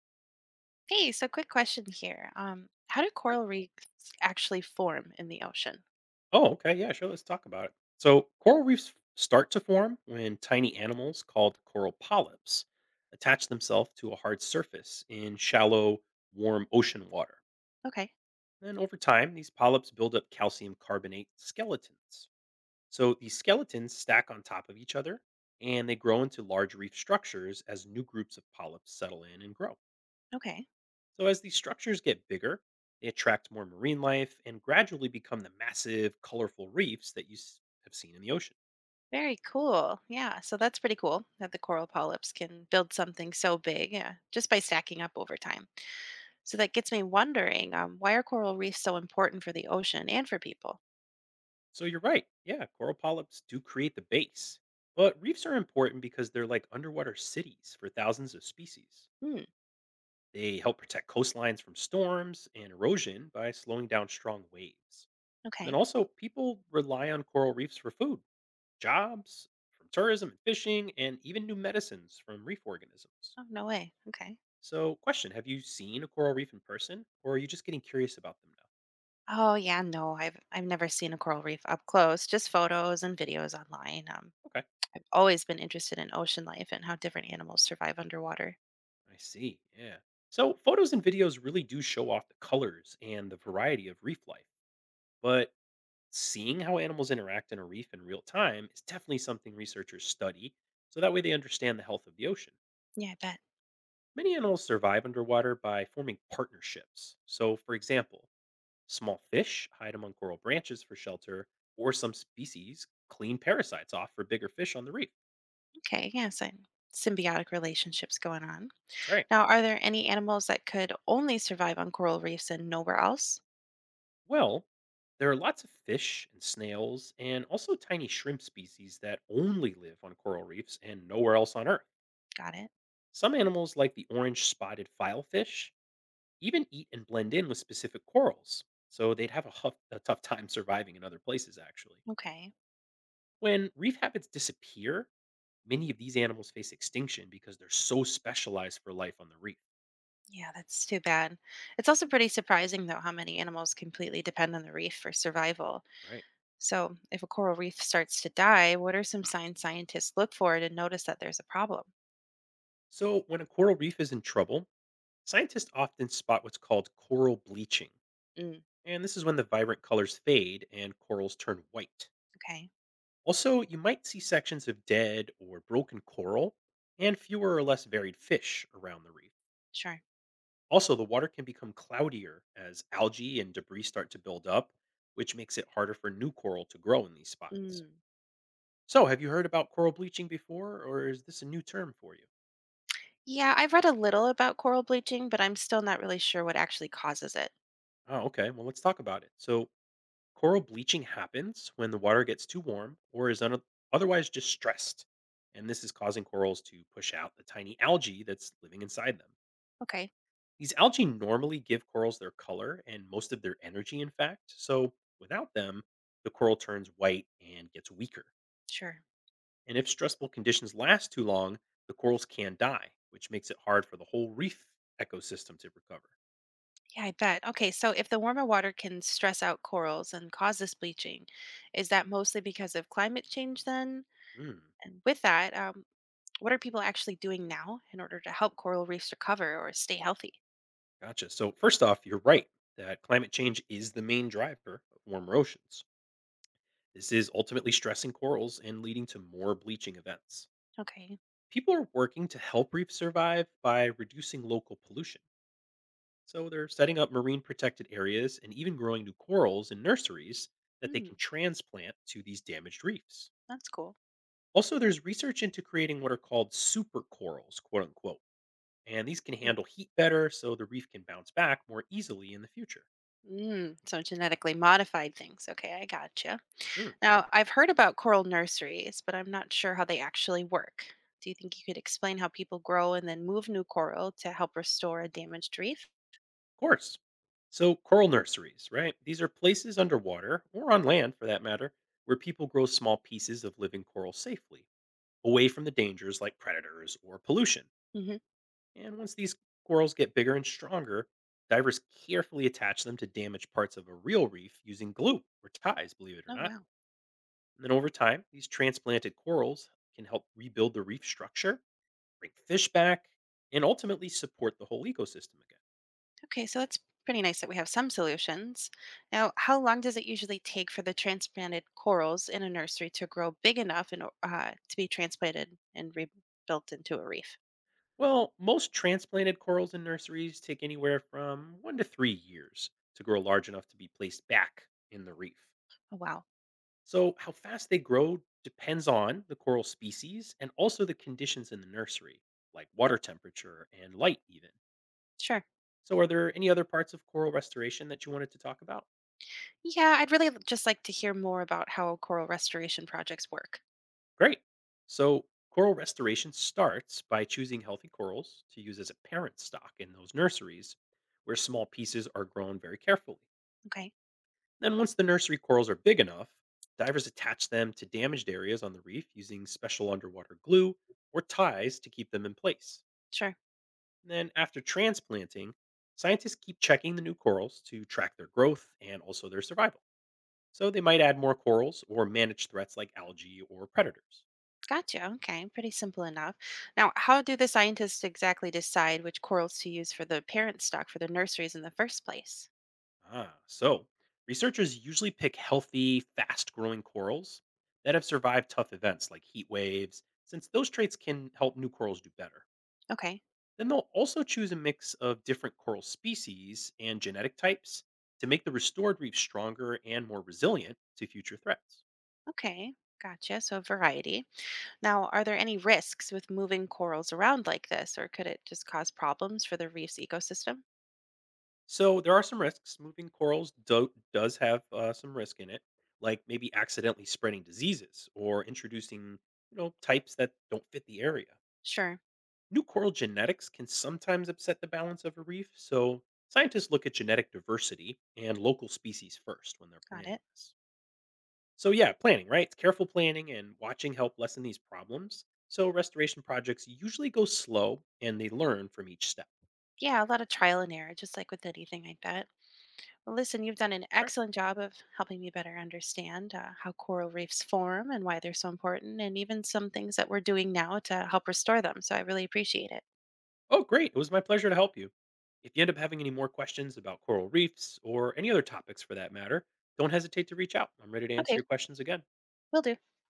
Hey, so quick question here. How do coral reefs actually form in the ocean? Oh, okay. Yeah, sure. Let's talk about it. So, coral reefs start to form when tiny animals called coral polyps attach themselves to a hard surface in shallow, warm ocean water. Okay, And over time, these polyps build up calcium carbonate skeletons. So, these skeletons stack on top of each other and they grow into large reef structures as new groups of polyps settle in and grow. okay. So, as these structures get bigger, they attract more marine life and gradually become the massive, colorful reefs that you have seen in the ocean. Very cool. Yeah, so that's pretty cool that the coral polyps can build something so big, yeah, just by stacking up over time. So that gets me wondering, why are coral reefs so important for the ocean and for people? So, you're right. Yeah, coral polyps do create the base. But reefs are important because they're like underwater cities for thousands of species. Hmm, They help protect coastlines from storms and erosion by slowing down strong waves. And then okay. also, people rely on coral reefs for food, jobs, from tourism and fishing, and even new medicines from reef organisms. Oh, no way. Okay. So, question. Have you seen a coral reef in person, or are you just getting curious about them now? Oh, yeah, no. I've never seen a coral reef up close, just photos and videos online. Okay, I've always been interested in ocean life and how different animals survive underwater. I see. Yeah. So, photos and videos really do show off the colors and the variety of reef life, but seeing how animals interact in a reef in real time is definitely something researchers study so that way they understand the health of the ocean. Yeah, I bet. Many animals survive underwater by forming partnerships. So, for example, small fish hide among coral branches for shelter, or some species clean parasites off for bigger fish on the reef. Okay, yeah, so symbiotic relationships going on. That's right. Now, are there any animals that could only survive on coral reefs and nowhere else? Well, there are lots of fish and snails and also tiny shrimp species that only live on coral reefs and nowhere else on Earth. Got it. Some animals, like the orange spotted filefish, even eat and blend in with specific corals, so they'd have a, huff, a tough time surviving in other places, actually. Okay. When reef habitats disappear, many of these animals face extinction because they're so specialized for life on the reef, Yeah, that's too bad. It's also pretty surprising, though, how many animals completely depend on the reef for survival. right? So, if a coral reef starts to die, what are some signs scientists look for to notice that there's a problem? So, when a coral reef is in trouble, scientists often spot what's called coral bleaching, Mm, and this is when the vibrant colors fade and corals turn white. okay, Also, you might see sections of dead or broken coral and fewer or less varied fish around the reef. sure. Also, the water can become cloudier as algae and debris start to build up, which makes it harder for new coral to grow in these spots. Mm. So, have you heard about coral bleaching before, or is this a new term for you? Yeah, I've read a little about coral bleaching, but I'm still not really sure what actually causes it. Oh, okay. Well, let's talk about it. So, coral bleaching happens when the water gets too warm or is otherwise distressed, and this is causing corals to push out the tiny algae that's living inside them. Okay, These algae normally give corals their color and most of their energy, in fact. So without them, the coral turns white and gets weaker. sure. And if stressful conditions last too long, the corals can die, which makes it hard for the whole reef ecosystem to recover. Yeah, I bet. Okay, so if the warmer water can stress out corals and cause this bleaching, is that mostly because of climate change then? Hmm, And with that, what are people actually doing now in order to help coral reefs recover or stay healthy? gotcha. So, first off, you're right that climate change is the main driver of warmer oceans. This is ultimately stressing corals and leading to more bleaching events. Okay, People are working to help reefs survive by reducing local pollution. So they're setting up marine protected areas and even growing new corals in nurseries that they hmm, can transplant to these damaged reefs. that's cool. Also, there's research into creating what are called super corals, quote unquote, and these can Mm, handle heat better so the reef can bounce back more easily in the future. mm, so genetically modified things. Okay, I gotcha. Mhm. Now, I've heard about coral nurseries, but I'm not sure how they actually work. Do you think you could explain how people grow and then move new coral to help restore a damaged reef? course. So, coral nurseries, right? These are places underwater, or on land for that matter, where people grow small pieces of living coral safely, away from the dangers like predators or pollution. Hmm. And once these corals get bigger and stronger, divers carefully attach them to damaged parts of a real reef using glue or ties, believe it or Oh, not. wow. And then over time, these transplanted corals can help rebuild the reef structure, bring fish back, and ultimately support the whole ecosystem again. Okay, so it's pretty nice that we have some solutions. Now, how long does it usually take for the transplanted corals in a nursery to grow big enough and to be transplanted and rebuilt into a reef? Well, most transplanted corals in nurseries take anywhere from 1 to 3 years to grow large enough to be placed back in the reef. Oh, wow. So, how fast they grow depends on the coral species and also the conditions in the nursery, like water temperature and light, even. Sure. So, are there any other parts of coral restoration that you wanted to talk about? Yeah, I'd really just like to hear more about how coral restoration projects work. Great. So, coral restoration starts by choosing healthy corals to use as a parent stock in those nurseries where small pieces are grown very carefully. Okay, Then, once the nursery corals are big enough, divers attach them to damaged areas on the reef using special underwater glue or ties to keep them in place. sure. And then, after transplanting, scientists keep checking the new corals to track their growth and also their survival. So, they might add more corals or manage threats like algae or predators. Gotcha. Okay, pretty simple enough. Now, how do the scientists exactly decide which corals to use for the parent stock for the nurseries in the first place? Ah, so researchers usually pick healthy, fast growing corals that have survived tough events like heat waves, since those traits can help new corals do better. Okay, Then they'll also choose a mix of different coral species and genetic types to make the restored reef stronger and more resilient to future threats. okay, gotcha. So, variety. Now, are there any risks with moving corals around like this, or could it just cause problems for the reef's ecosystem? So there are some risks. Moving corals does have some risk in it, like maybe accidentally spreading diseases or introducing, you know, types that don't fit the area. Sure, New coral genetics can sometimes upset the balance of a reef, so scientists look at genetic diversity and local species first when they're got planning it. this. So yeah, planning, right? It's careful planning and watching help lessen these problems. So restoration projects usually go slow and they learn from each step. Yeah, a lot of trial and error, just like with anything like that. Well, listen, you've done an That's right. excellent job of helping me better understand how coral reefs form and why they're so important, and even some things that we're doing now to help restore them. So I really appreciate it. Oh, great. It was my pleasure to help you. If you end up having any more questions about coral reefs or any other topics for that matter, don't hesitate to reach out. I'm ready to answer Okay, your questions again. will do.